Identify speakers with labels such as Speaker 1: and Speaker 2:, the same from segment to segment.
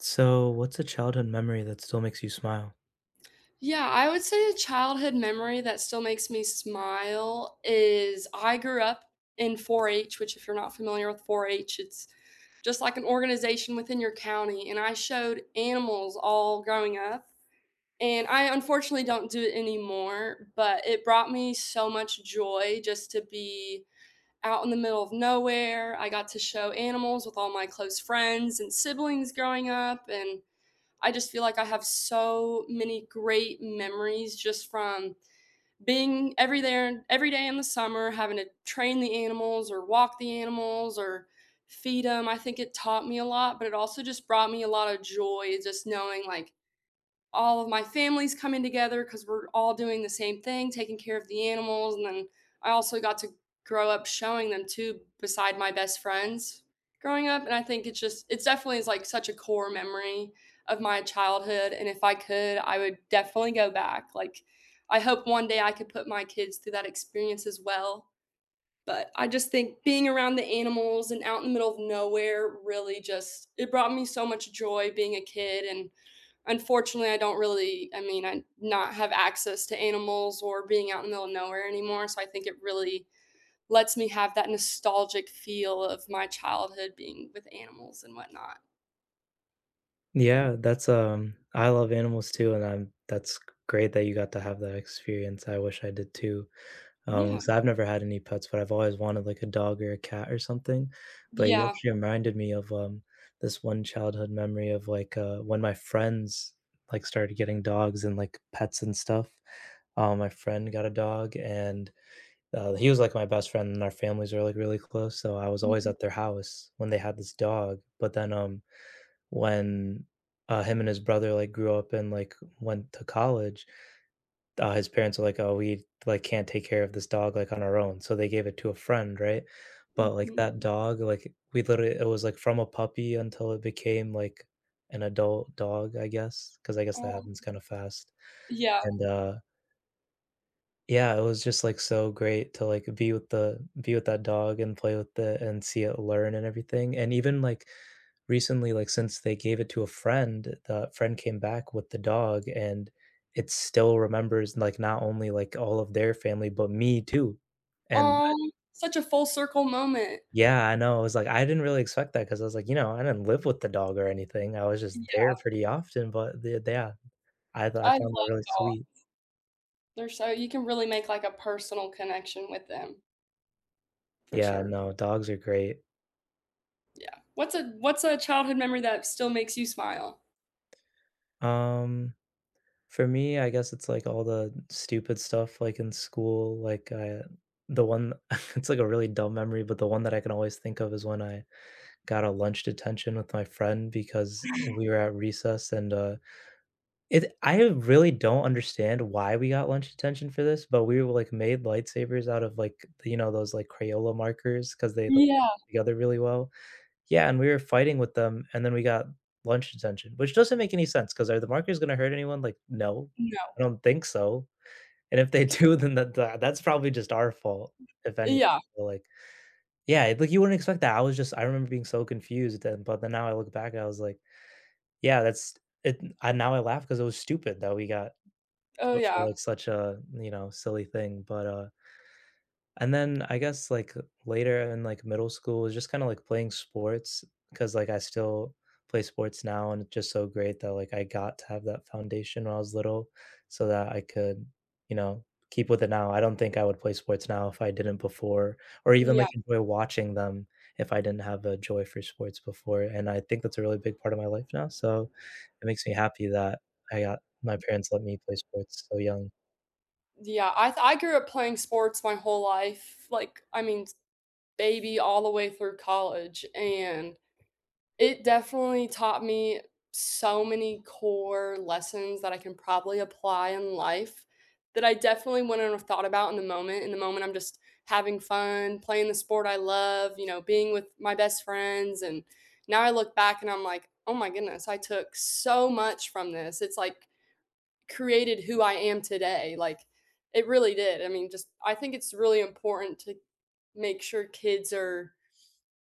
Speaker 1: So, what's a childhood memory that still makes you smile?
Speaker 2: Yeah, I would say a childhood memory that still makes me smile is I grew up in 4-H, which if you're not familiar with 4-H, it's just like an organization within your county, and I showed animals all growing up. And I unfortunately don't do it anymore, but it brought me so much joy just to be out in the middle of nowhere. I got to show animals with all my close friends and siblings growing up, and I just feel like I have so many great memories just from being every there every day in the summer, having to train the animals or walk the animals or feed them. I think it taught me a lot, but it also just brought me a lot of joy just knowing like all of my family's coming together because we're all doing the same thing, taking care of the animals. And then I also got to grow up showing them too beside my best friends growing up. And I think it's definitely is like such a core memory of my childhood. And if I could, I would definitely go back. Like, I hope one day I could put my kids through that experience as well. But I just think being around the animals and out in the middle of nowhere really just, it brought me so much joy being a kid and unfortunately, I don't really, I mean, I not have access to animals or being out in the middle of nowhere anymore. So I think it really lets me have that nostalgic feel of my childhood being with animals and whatnot.
Speaker 1: Yeah, that's I love animals too, and I'm that's great that you got to have that experience. I wish I did too.
Speaker 2: Yeah.
Speaker 1: Because I've never had any pets, but I've always wanted like a dog or a cat or something. But you
Speaker 2: Yeah.
Speaker 1: actually reminded me of this one childhood memory of like when my friends like started getting dogs and like pets and stuff. My friend got a dog. And he was like my best friend, and our families were like really close, so I was
Speaker 2: Mm,
Speaker 1: always at their house when they had this dog. But then when him and his brother like grew up and like went to college, his parents were like, "Oh, we like can't take care of this dog like on our own," so they gave it to a friend, right? But like
Speaker 2: mhm.
Speaker 1: that dog, like we literally it was like from a puppy until it became like an adult dog, I guess, because I guess that
Speaker 2: Oh,
Speaker 1: happens kind of fast.
Speaker 2: yeah.
Speaker 1: And yeah, it was just, like, so great to, like, be with that dog and play with it and see it learn and everything, and even, like, recently, like, since they gave it to a friend, the friend came back with the dog, and it still remembers, like, not only, like, all of their family, but me too, and
Speaker 2: Aw, such a full circle moment.
Speaker 1: yeah, I know, I was like, I didn't really expect that because I was like, you know, I didn't live with the dog or anything, I was just there
Speaker 2: Yeah.
Speaker 1: pretty often, but the yeah, I
Speaker 2: I
Speaker 1: found that
Speaker 2: love
Speaker 1: really sweet.
Speaker 2: dogs. They're so you can really make like a personal connection with them for
Speaker 1: Yeah,
Speaker 2: sure.
Speaker 1: no, dogs are great.
Speaker 2: Yeah. What's a childhood memory that still makes you smile?
Speaker 1: Um For me, I guess it's like all the stupid stuff like in school, like I the one it's like a really dumb memory, but the one that I can always think of is when I got a lunch detention with my friend because we were at recess, and it I really don't understand why we got lunch detention for this, but we were like made lightsabers out of like you know those like Crayola markers because they like
Speaker 2: Yeah.
Speaker 1: put together really well. Yeah, and we were fighting with them, and then we got lunch detention, which doesn't make any sense. Because are the markers gonna hurt anyone? Like, no,
Speaker 2: No.
Speaker 1: I don't think so, and if they do, then that's probably just our fault, if anything,
Speaker 2: Yeah.
Speaker 1: but, like yeah, like, you wouldn't expect that, I was just I remember being so confused, and but then now I look back, I was like, yeah, that's it, and now I laugh because it was stupid that we got
Speaker 2: Oh
Speaker 1: put for,
Speaker 2: yeah.
Speaker 1: like, such a, you know, silly thing, but, and then I guess, like, later in, like, middle school was just kinda, like, playing sports because like, I still play sports now, and it's just so great that, like, I got to have that foundation when I was little so that I could, you know, keep with it now. I don't think I would play sports now if I didn't before, or even,
Speaker 2: Yeah,
Speaker 1: like, enjoy watching them if I didn't have a joy for sports before, and I think that's a really big part of my life now, so it makes me happy that I got my parents let me play sports so young.
Speaker 2: yeah, I grew up playing sports my whole life, like, I mean, baby all the way through college, and it definitely taught me so many core lessons that I can probably apply in life that I definitely wouldn't have thought about in the moment. In the moment, I'm just having fun, playing the sport I love, you know, being with my best friends, and now I look back and I'm like, "Oh my goodness, I took so much from this." It's like created who I am today. Like it really did. I mean, just I think it's really important to make sure kids are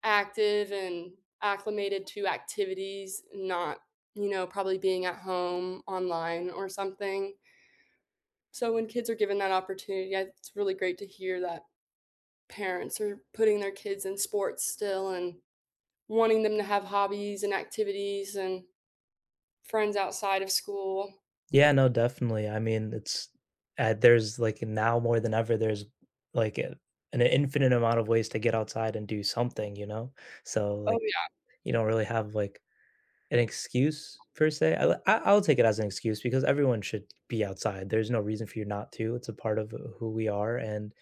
Speaker 2: active and acclimated to activities, not, you know, probably being at home online or something. So when kids are given that opportunity, it's really great to hear that parents are putting their kids in sports still and wanting them to have hobbies and activities and friends outside of school.
Speaker 1: Yeah, no, definitely. I mean, it's there's like now more than ever, there's like an infinite amount of ways to get outside and do something, you know? So,
Speaker 2: Oh
Speaker 1: like,
Speaker 2: yeah,
Speaker 1: you don't really have like an excuse per se. I'll take it as an excuse because everyone should be outside. There's no reason for you not to. It's a part of who we are. And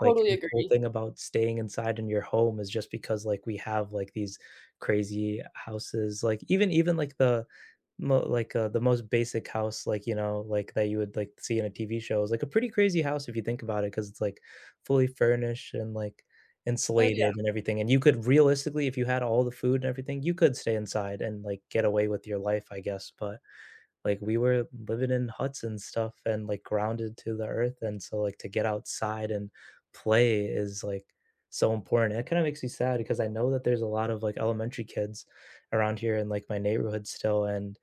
Speaker 1: like,
Speaker 2: totally
Speaker 1: this whole
Speaker 2: agree.
Speaker 1: thing about staying inside in your home is just because, like, we have, like, these crazy houses, like, like, the most basic house, like, you know, like, that you would, like, see in a TV show is, like, a pretty crazy house if you think about it because it's, like, fully furnished and, like,
Speaker 2: Oh yeah.
Speaker 1: insulated and everything, and you could realistically, if you had all the food and everything, you could stay inside and, like, get away with your life, I guess, but like, we were living in huts and stuff and, like, grounded to the earth, and so, like, to get outside and play is, like, so important. It kinda makes me sad because I know that there's a lot of, like, elementary kids around here in, like, my neighborhood still, and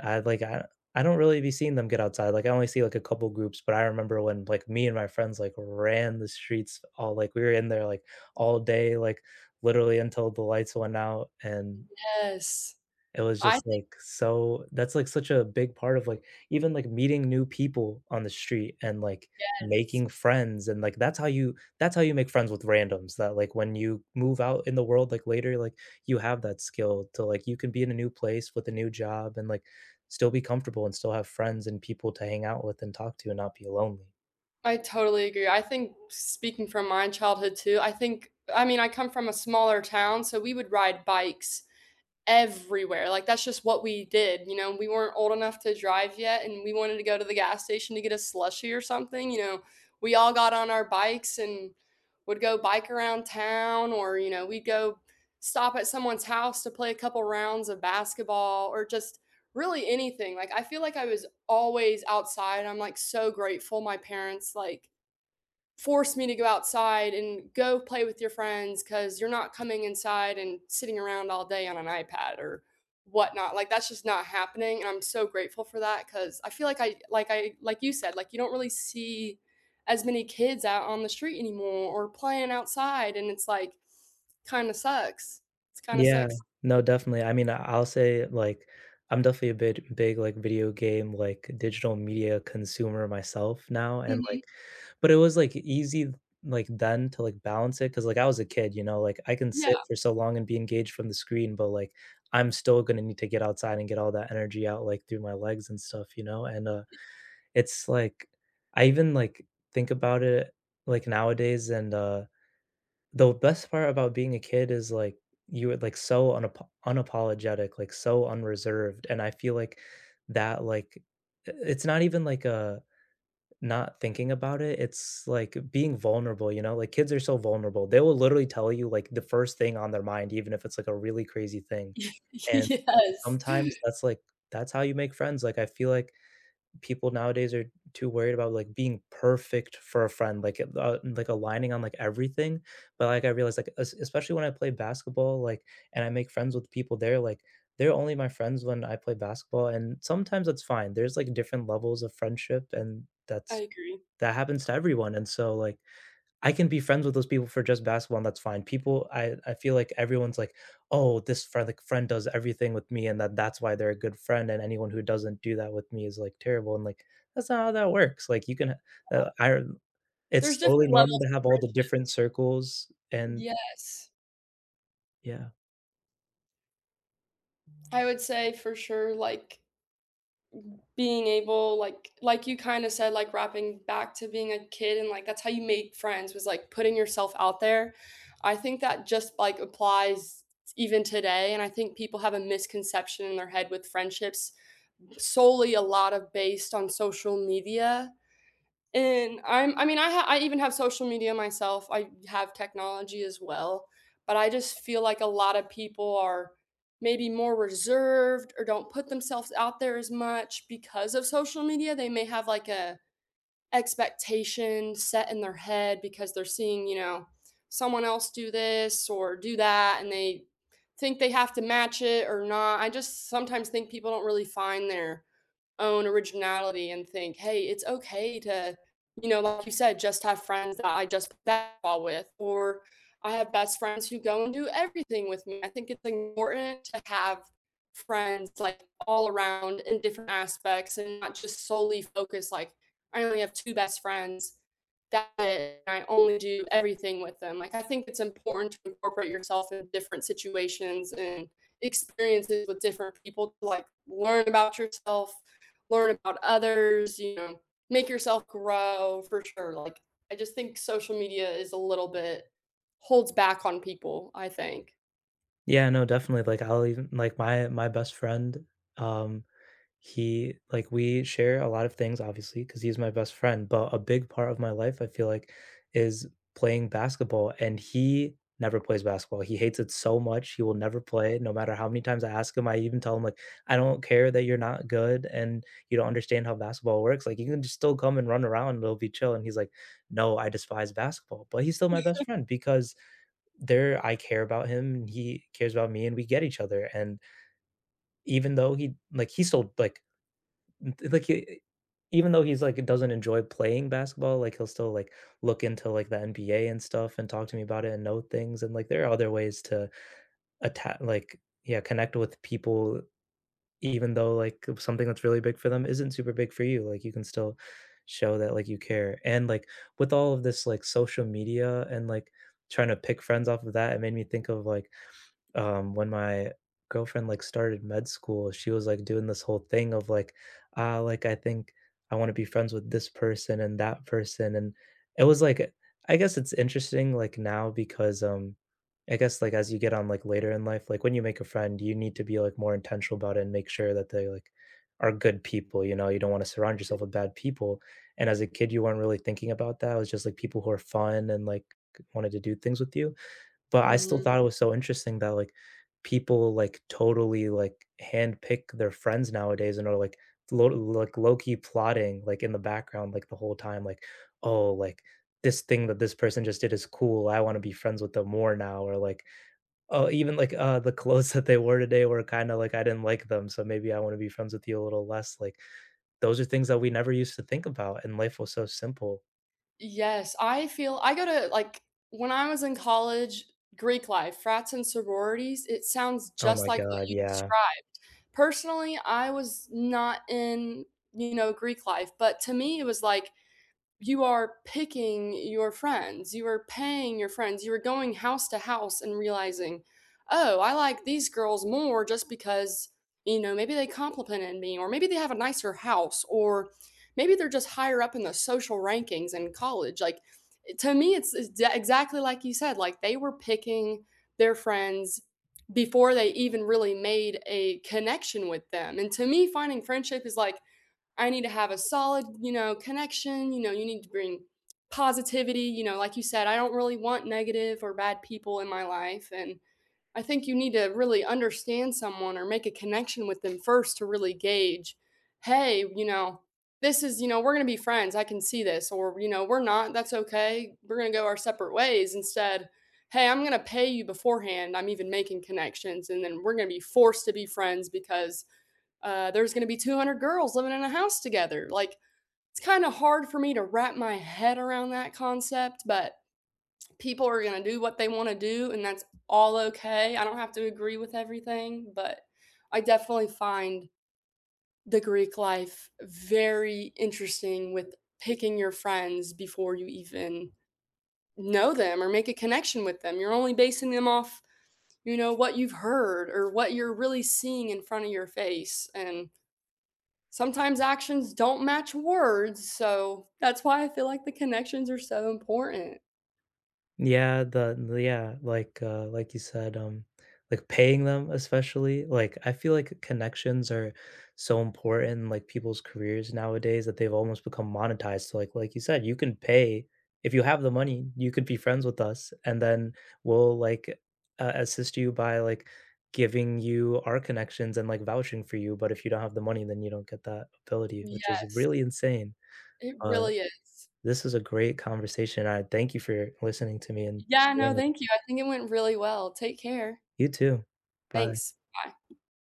Speaker 1: I, like, I don't really be seeing them get outside, like, I only see, like, a couple groups, but I remember when, like, me and my friends, like, ran the streets all like, we were in there, like, all day, like, literally until the lights went out, and
Speaker 2: Yes.
Speaker 1: it was
Speaker 2: I
Speaker 1: just,
Speaker 2: think
Speaker 1: like, so that's, like, such a big part of, like, even, like, meeting new people on the street and, like,
Speaker 2: Yes.
Speaker 1: making friends, and, like, that's how you make friends with randoms that, like, when you move out in the world, like, later, like, you have that skill to, like you can be in a new place with a new job and, like, still be comfortable and still have friends and people to hang out with and talk to and not be lonely.
Speaker 2: I totally agree. I think speaking from my childhood too, I mean, I come from a smaller town, so we would ride bikes everywhere. Like that's just what we did. You know, we weren't old enough to drive yet and we wanted to go to the gas station to get a slushy or something. You know, we all got on our bikes and would go bike around town or, you know, we'd go stop at someone's house to play a couple rounds of basketball or just really anything. Like I feel like I was always outside. I'm like so grateful my parents like force me to go outside and go play with your friends because you're not coming inside and sitting around all day on an iPad or whatnot. Like that's just not happening, and I'm so grateful for that because I feel like I like I like you said like you don't really see as many kids out on the street anymore or playing outside, and it's like kind of sucks. It's kind of
Speaker 1: Yeah.
Speaker 2: sucks.
Speaker 1: No, definitely. I mean, I'll say, like, I'm definitely a bit big, like, video game, like, digital media consumer myself now, and,
Speaker 2: Mhm.
Speaker 1: like, but it was, like, easy, like, then to, like, balance it because like, I was a kid, you know, like, I can sit
Speaker 2: Yeah.
Speaker 1: for so long and be engaged from the screen, but, like, I'm still gonna need to get outside and get all that energy out, like, through my legs and stuff, you know, and, it's, like I even, like, think about it, like, nowadays and, the best part about being a kid is, like, you were, like, so unapologetic, like, so unreserved, and I feel like that, like, I it's not even, like, a not thinking about it, it's like being vulnerable, you know, like kids are so vulnerable. They will literally tell you like the first thing on their mind, even if it's like a really crazy thing. And
Speaker 2: yes,
Speaker 1: sometimes that's like that's how you make friends. Like I feel like people nowadays are too worried about like being perfect for a friend, like like aligning on like everything. But like I realized like especially when I play basketball, like and I make friends with people there, like they're only my friends when I play basketball. And sometimes it's fine. There's like different levels of friendship, and
Speaker 2: I
Speaker 1: that's
Speaker 2: agree.
Speaker 1: that happens to everyone, and so, like, I can be friends with those people for just basketball, and that's fine. People I feel like everyone's like, "Oh, this friend like, friend does everything with me, and that's why they're a good friend, and anyone who doesn't do that with me is, like, terrible," and, like, that's not how that works, like, you can I it's
Speaker 2: There's
Speaker 1: totally
Speaker 2: different
Speaker 1: normal to
Speaker 2: levels to
Speaker 1: have all the different
Speaker 2: friendships.
Speaker 1: circles, and
Speaker 2: Yes,
Speaker 1: yeah.
Speaker 2: I would say for sure like being able like you kinda said, like, wrapping back to being a kid and, like, that's how you made friends was, like, putting yourself out there. I think that just, like, applies even today, and I think people have a misconception in their head with friendships solely a lot of based on social media and I'm I mean, I ha I even have social media myself. I have technology as well, but I just feel like a lot of people are maybe more reserved or don't put themselves out there as much because of social media. They may have, like, a expectation set in their head because they're seeing, you know, someone else do this or do that, and they think they have to match it or not. I just sometimes think people don't really find their own originality and think, hey, it's okay to, you know, like you said, just have friends that I just play basketball with, or I have best friends who go and do everything with me. I think it's important to have friends like all around in different aspects and not just solely focus like I only have two best friends. That it, and I only do everything with them. Like I think it's important to incorporate yourself in different situations and experiences with different people to like learn about yourself learn about others, you know, make yourself grow for sure. Like, I just think social media is a little bit holds back on people, I think.
Speaker 1: Yeah, no, definitely, like, I'll even like, my best friend, um he like, we share a lot of things, obviously, because he's my best friend, but a big part of my life, I feel like, is playing basketball, and he never plays basketball. He hates it so much, he will never play no matter how many times I ask him. I even tell him, like, "I don't care that you're not good and you don't understand how basketball works, like, you can just still come and run around, and it'll be chill," and he's like, "No, I despise basketball," but he's still my best friend because there I care about him, and he cares about me, and we get each other, and even though he like, he still, like, he even though he's, like, doesn't enjoy playing basketball, like, he'll still, like, look into, like, the NBA and stuff and talk to me about it and know things, and, like, there are other ways to atta like, yeah, connect with people even though, like, something that's really big for them isn't super big for you, like, you can still show that, like, you care, and, like, with all of this, like, social media and, like, trying to pick friends off of that, it made me think of, like, when my girlfriend like started med school, she was like doing this whole thing of like, ah, like I think I want to be friends with this person and that person, and it was like, I guess it's interesting like now because I guess like as you get on like later in life, like when you make a friend, you need to be like more intentional about it and make sure that they like are good people. You know, you don't want to surround yourself with bad people. And as a kid, you weren't really thinking about that. It was just like people who are fun and like wanted to do things with you, but I still
Speaker 2: Mhm.
Speaker 1: thought it was so interesting that, like, people, like, totally, like, handpick their friends nowadays and are, like, low-key plotting, like, in the background, like, the whole time, like, "Oh, like, this thing that this person just did is cool, I wanna be friends with them more now," or, like, "Oh," even, like, "the clothes that they wore today were kinda like, I didn't like them, so maybe I wanna be friends with you a little less," like, those are things that we never used to think about, and life was so simple.
Speaker 2: Yes, I go to like when I was in college, Greek life, frats and sororities, it sounds
Speaker 1: Oh
Speaker 2: just
Speaker 1: my
Speaker 2: like what
Speaker 1: god,
Speaker 2: you
Speaker 1: yeah.
Speaker 2: described. Personally, I was not in, you know, Greek life, but to me, it was like you are picking your friends, you are paying your friends, you are going house to house and realizing, oh, I like these girls more just because, you know, maybe they complimented me, or maybe they have a nicer house, or maybe they're just higher up in the social rankings in college. Like, to me, it's exactly like you said, like they were picking their friends before they even really made a connection with them. And to me, finding friendship is like, I need to have a solid, you know, connection. You know, you need to bring positivity. You know, like you said, I don't really want negative or bad people in my life. And I think you need to really understand someone or make a connection with them first to really gauge, hey, you know, this is, you know, we're going to be friends. I can see this. Or, you know, we're not. That's okay. We're going to go our separate ways instead. Hey, I'm going to pay you beforehand. I'm even making connections. And then we're going to be forced to be friends because there's going to be 200 girls living in a house together. Like, it's kind of hard for me to wrap my head around that concept, but people are going to do what they want to do, and that's all okay. I don't have to agree with everything, but I definitely find the Greek life very interesting with picking your friends before you even know them or make a connection with them. You're only basing them off, you know, what you've heard or what you're really seeing in front of your face. And sometimes actions don't match words. So that's why I feel like the connections are so important.
Speaker 1: Yeah, the yeah, like you said, like, paying them especially, like, I feel like connections are so important in, like, people's careers nowadays that they've almost become monetized, so, like you said, you can pay if you have the money, you could be friends with us, and then we'll, like, assist you by, like, giving you our connections and, like, vouching for you, but if you don't have the money, then you don't get that ability, which is
Speaker 2: Yes,
Speaker 1: really insane.
Speaker 2: it
Speaker 1: Uh,
Speaker 2: really is.
Speaker 1: this is a great conversation, I thank you for listening to me and
Speaker 2: Yeah, no,
Speaker 1: sharing.
Speaker 2: thank you. I think it went really well. Take care.
Speaker 1: You too. Bye.
Speaker 2: Thanks. Bye.